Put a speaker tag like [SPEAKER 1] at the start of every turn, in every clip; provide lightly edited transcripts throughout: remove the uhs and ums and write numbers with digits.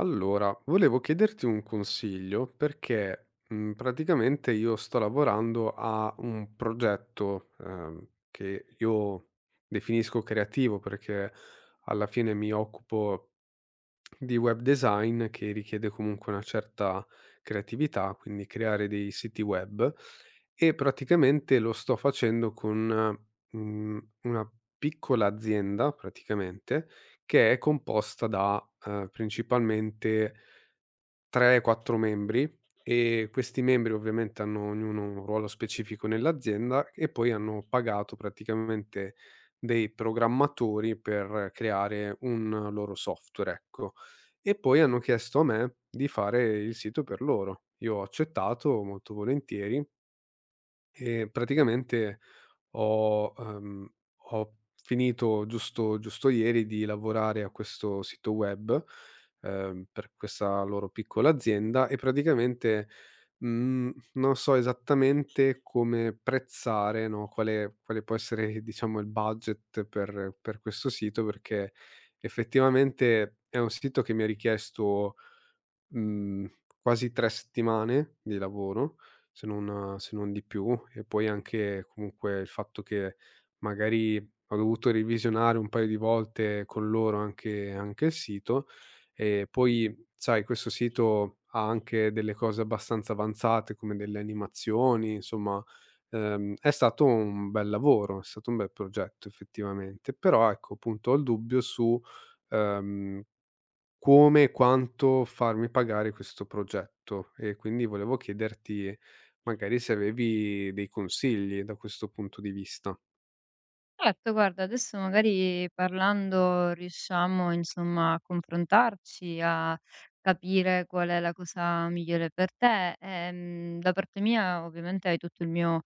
[SPEAKER 1] Allora, volevo chiederti un consiglio perché, praticamente io sto lavorando a un progetto, che io definisco creativo perché alla fine mi occupo di web design che richiede comunque una certa creatività, quindi creare dei siti web e praticamente lo sto facendo con, una piccola azienda praticamente che è composta da, principalmente 3, 4 membri, e questi membri ovviamente hanno ognuno un ruolo specifico nell'azienda e poi hanno pagato praticamente dei programmatori per creare un loro software, ecco. E poi hanno chiesto a me di fare il sito per loro. Io ho accettato molto volentieri e praticamente ho ehm, ho finito giusto giusto ieri di lavorare a questo sito web, per questa loro piccola azienda e praticamente, non so esattamente come prezzare, no, quale può essere diciamo il budget per questo sito, perché effettivamente è un sito che mi ha richiesto Mhmm, quasi 3 settimane di lavoro, se non di più, e poi anche comunque il fatto che magari ho dovuto revisionare un paio di volte con loro anche il sito, e poi sai questo sito ha anche delle cose abbastanza avanzate come delle animazioni, insomma, è stato un bel lavoro, è stato un bel progetto effettivamente. Però ecco, appunto ho il dubbio su, ehm come e quanto farmi pagare questo progetto, e quindi volevo chiederti magari se avevi dei consigli da questo punto di vista.
[SPEAKER 2] Certo, guarda, adesso magari parlando riusciamo, insomma, a confrontarci, a capire qual è la cosa migliore per te. Da parte mia, ovviamente, hai tutto il mio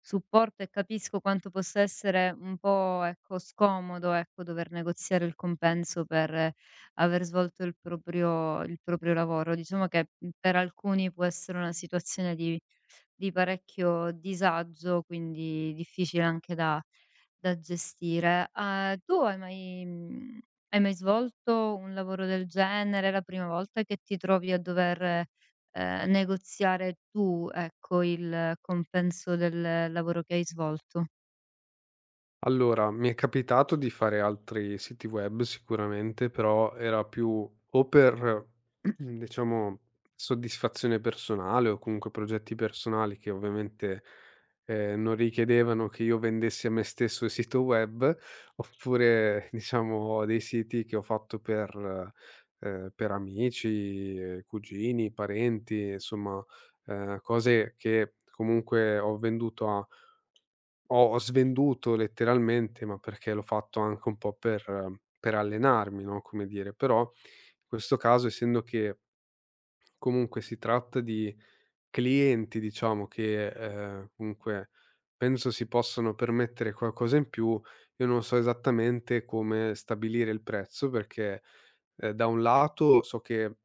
[SPEAKER 2] supporto e capisco quanto possa essere un po', ecco, scomodo, ecco, dover negoziare il compenso per aver svolto il proprio lavoro. Diciamo che per alcuni può essere una situazione di parecchio disagio, quindi difficile anche da gestire. Tu hai mai svolto un lavoro del genere? È la prima volta che ti trovi a dover, negoziare tu, ecco, il compenso del lavoro che hai svolto?
[SPEAKER 1] Allora, mi è capitato di fare altri siti web sicuramente, però era più o per, diciamo, soddisfazione personale o comunque progetti personali che ovviamente non richiedevano che io vendessi a me stesso il sito web, oppure diciamo dei siti che ho fatto per amici, cugini, parenti, insomma, cose che comunque ho venduto ho ho svenduto letteralmente, ma perché l'ho fatto anche un po' per allenarmi, no, come dire, però in questo caso essendo che comunque si tratta di clienti, diciamo che, comunque penso si possono permettere qualcosa in più, io non so esattamente come stabilire il prezzo perché, da un lato so che,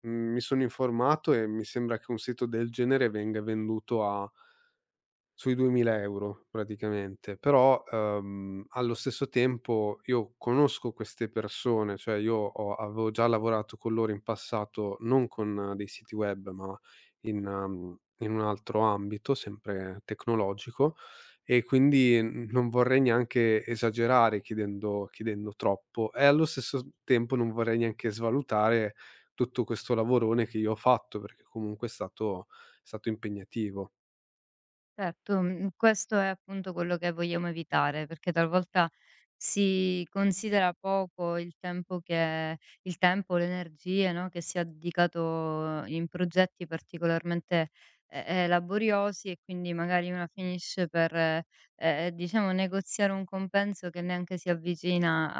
[SPEAKER 1] mi sono informato e mi sembra che un sito del genere venga venduto a sui 2000 euro € praticamente, però, allo stesso tempo io conosco queste persone, cioè io ho avevo già lavorato con loro in passato, non con dei siti web, ma in in un altro ambito, sempre tecnologico, e quindi n non vorrei neanche esagerare chiedendo troppo, e allo stesso tempo non vorrei neanche svalutare tutto questo lavorone che io ho fatto, perché comunque è stato impegnativo.
[SPEAKER 2] Certo, questo è appunto quello che vogliamo evitare, perché talvolta si considera poco il tempo, le energie, no, che si è dedicato in progetti particolarmente e laboriosi e quindi magari una finisce per, diciamo negoziare un compenso che neanche si avvicina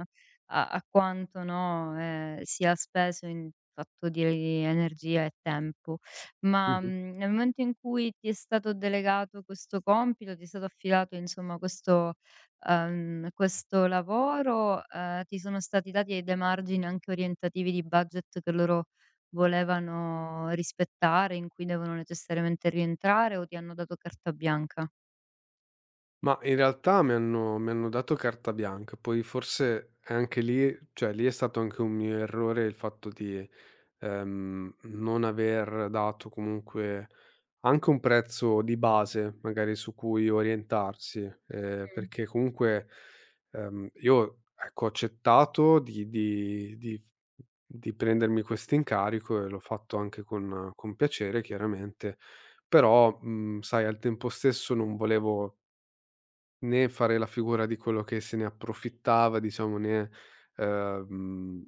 [SPEAKER 2] a a quanto, no, sia speso in fatto di energia e tempo. Ma,
[SPEAKER 1] Mh-mh.
[SPEAKER 2] nel momento in cui ti è stato delegato questo compito, ti è stato affidato insomma questo lavoro, ti sono stati dati dei margini anche orientativi di budget che loro volevano rispettare, in cui devono necessariamente rientrare o ti hanno dato carta bianca?
[SPEAKER 1] Ma in realtà mi hanno dato carta bianca, poi forse è anche lì, cioè lì è stato anche un mio errore il fatto di, non aver dato comunque anche un prezzo di base magari su cui orientarsi,
[SPEAKER 2] Mh,
[SPEAKER 1] perché comunque, io ecco ho accettato di prendermi questo incarico e l'ho fatto anche con piacere chiaramente, però, mhmm, sai, al tempo stesso non volevo né fare la figura di quello che se ne approfittava, diciamo, né, ehm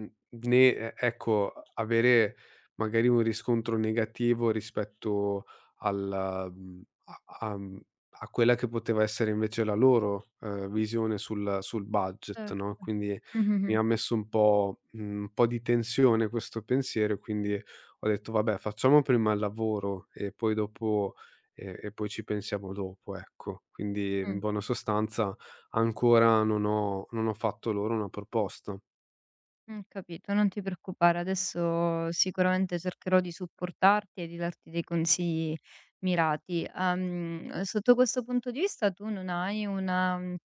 [SPEAKER 1] Mh, né ecco, avere magari un riscontro negativo rispetto a a mhmm, a quella che poteva essere invece la loro, visione sul budget,
[SPEAKER 2] cer
[SPEAKER 1] no, quindi mi
[SPEAKER 2] Mh-mh-mh.
[SPEAKER 1] ha messo un po' un po' di tensione questo pensiero, e quindi ho detto: "Vabbè, facciamo prima il lavoro e poi dopo e poi ci pensiamo dopo", ecco. Quindi in
[SPEAKER 2] Mh.
[SPEAKER 1] buona sostanza ancora non ho fatto loro una proposta.
[SPEAKER 2] Capito, non ti preoccupare. Adesso sicuramente cercherò di supportarti e di darti dei consigli mirati. Sotto questo punto di vista tu non hai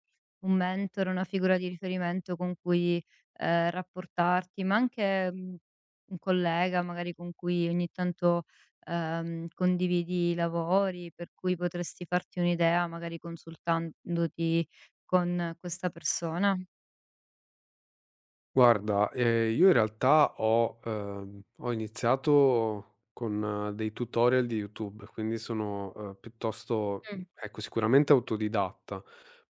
[SPEAKER 2] un mentor, una figura di riferimento con cui, rapportarti, ma anche, un collega magari con cui ogni tanto, condividi i lavori, per cui potresti farti un'idea magari consultandoti con questa persona?
[SPEAKER 1] Guarda, io in realtà ho iniziato con dei tutorial di YouTube, quindi sono, piuttosto
[SPEAKER 2] Mh,
[SPEAKER 1] ecco, sicuramente autodidatta.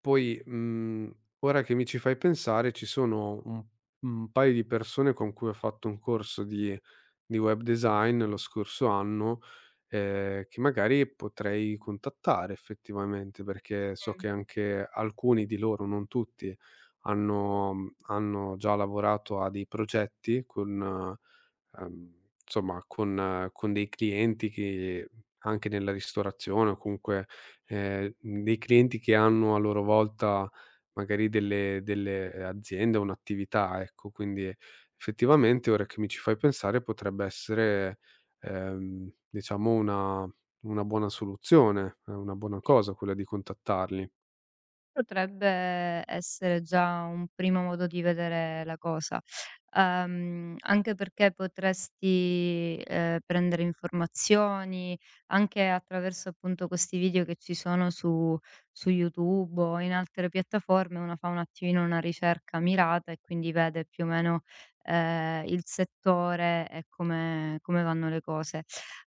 [SPEAKER 1] Poi, mhmm, ora che mi ci fai pensare, ci sono un paio di persone con cui ho fatto un corso di web design lo scorso anno, che magari potrei contattare effettivamente, perché so
[SPEAKER 2] mh.
[SPEAKER 1] che anche alcuni di loro, non tutti, hanno hanno già lavorato a dei progetti con insomma con dei clienti che anche nella ristorazione o comunque, dei clienti che hanno a loro volta magari delle aziende, un'attività, ecco. Quindi effettivamente ora che mi ci fai pensare potrebbe essere diciamo una buona soluzione, è una buona cosa quella di contattarli.
[SPEAKER 2] Potrebbe essere già un primo modo di vedere la cosa, anche perché potresti, prendere informazioni, anche attraverso appunto questi video che ci sono su YouTube o in altre piattaforme, uno fa un attimino una ricerca mirata e quindi vede più o meno, il settore e come vanno le cose.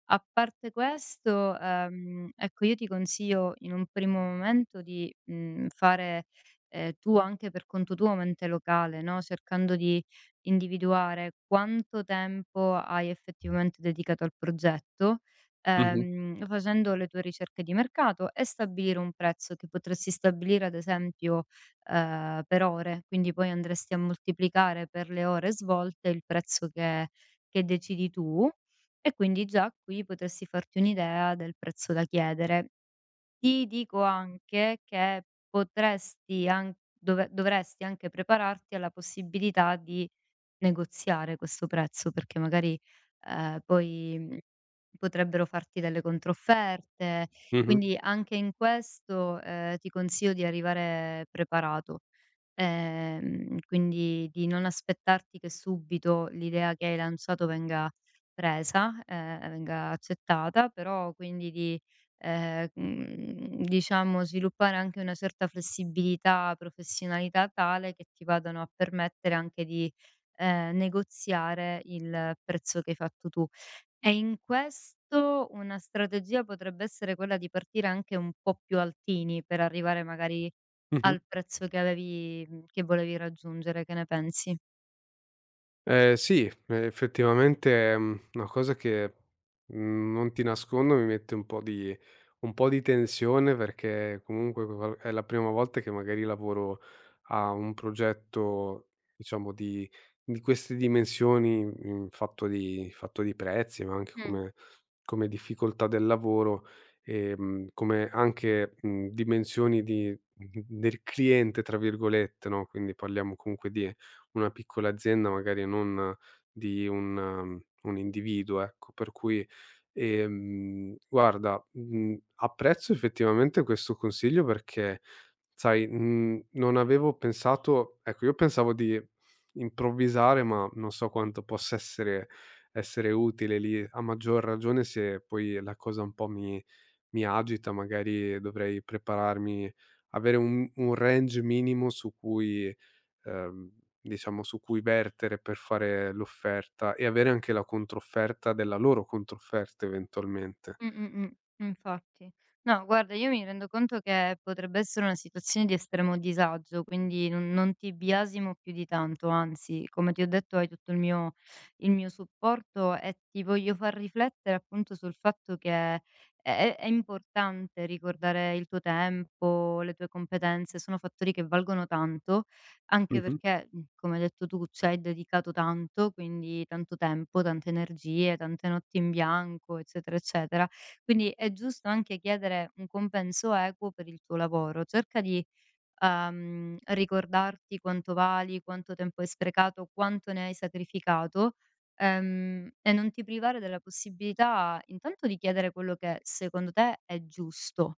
[SPEAKER 2] A parte questo, ecco, io ti consiglio in un primo momento di, fare, tu anche per conto tuo mente locale, no, cercando di individuare quanto tempo hai effettivamente dedicato al progetto,
[SPEAKER 1] Mh-mh,
[SPEAKER 2] facendo le tue ricerche di mercato e stabilire un prezzo che potresti stabilire ad esempio, per ore, quindi poi andresti a moltiplicare per le ore svolte il prezzo che decidi tu. E quindi già qui potresti farti un'idea del prezzo da chiedere. Ti dico anche che potresti dovresti anche prepararti alla possibilità di negoziare questo prezzo, perché magari, poi, potrebbero farti delle controfferte.
[SPEAKER 1] mh-mh,
[SPEAKER 2] Quindi anche in questo, ti consiglio di arrivare preparato. Quindi di non aspettarti che subito l'idea che hai lanciato venga presa, venga accettata, però quindi di, diciamo sviluppare anche una certa flessibilità, professionalità tale che ti vadano a permettere anche di negoziare il prezzo che hai fatto tu. E in questo una strategia potrebbe essere quella di partire anche un po' più altini per arrivare magari
[SPEAKER 1] mh-mh.
[SPEAKER 2] al prezzo che volevi raggiungere. Che ne pensi?
[SPEAKER 1] Sì, effettivamente è, mhmm, una cosa che, mhmm, non ti nascondo mi mette un po' di tensione, perché comunque qual è la prima volta che magari lavoro a un progetto, diciamo, di queste dimensioni, mhmm, fatto di prezzi, ma anche
[SPEAKER 2] Mm.
[SPEAKER 1] come difficoltà del lavoro, come anche, mhmm, dimensioni di "del cliente" tra virgolette, no, quindi parliamo comunque di una piccola azienda magari non di un mhmm, un individuo, ecco. Per cui, guarda, mhmm, apprezzo effettivamente questo consiglio perché, sai, mhmm, non avevo pensato ecco, io pensavo di improvvisare, ma non so quanto possa essere essere utile lì, a maggior ragione se poi la cosa un po' mi agita, magari dovrei prepararmi, avere un range minimo su cui ehm, diciamo su cui vertere per fare l'offerta, e avere anche la controfferta della loro controfferta eventualmente.
[SPEAKER 2] Mh, mh, mh. Infatti. No, guarda, io mi rendo conto che potrebbe essere una situazione di estremo disagio, quindi non ti biasimo più di tanto, anzi, come ti ho detto hai tutto il mio supporto e ti voglio far riflettere appunto sul fatto che è importante ricordare il tuo tempo, le tue competenze, sono fattori che valgono tanto, anche
[SPEAKER 1] Mh-mh,
[SPEAKER 2] perché, come hai detto tu, ci hai dedicato tanto, quindi tanto tempo, tante energie, tante notti in bianco, eccetera, eccetera. Quindi è giusto anche chiedere un compenso equo per il tuo lavoro. Cerca di, ricordarti quanto vali, quanto tempo hai sprecato, quanto ne hai sacrificato, e non ti privare della possibilità intanto di chiedere quello che secondo te è giusto.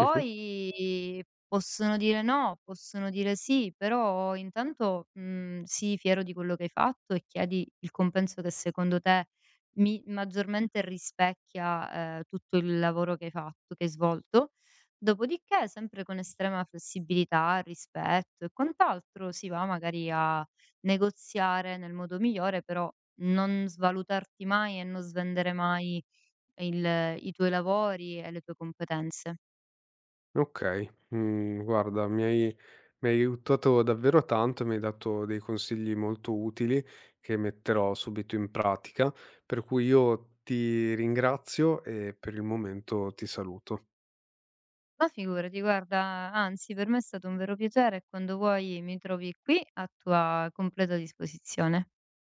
[SPEAKER 1] mh-mh.
[SPEAKER 2] possono dire no, possono dire sì, però intanto, sii fiero di quello che hai fatto e chiedi il compenso che secondo te mi maggiormente rispecchia, tutto il lavoro che hai svolto. Dopodiché, sempre con estrema flessibilità, rispetto e quant'altro, si va magari a negoziare nel modo migliore, però non svalutarti mai e non svendere mai il i tuoi lavori e le tue competenze.
[SPEAKER 1] Okay, mhmm, guarda mi hai aiutato davvero tanto e mi hai dato dei consigli molto utili che metterò subito in pratica, per cui io ti ringrazio e per il momento ti saluto.
[SPEAKER 2] Ma figurati, guarda, anzi, per me è stato un vero piacere e quando vuoi mi trovi qui a tua completa disposizione.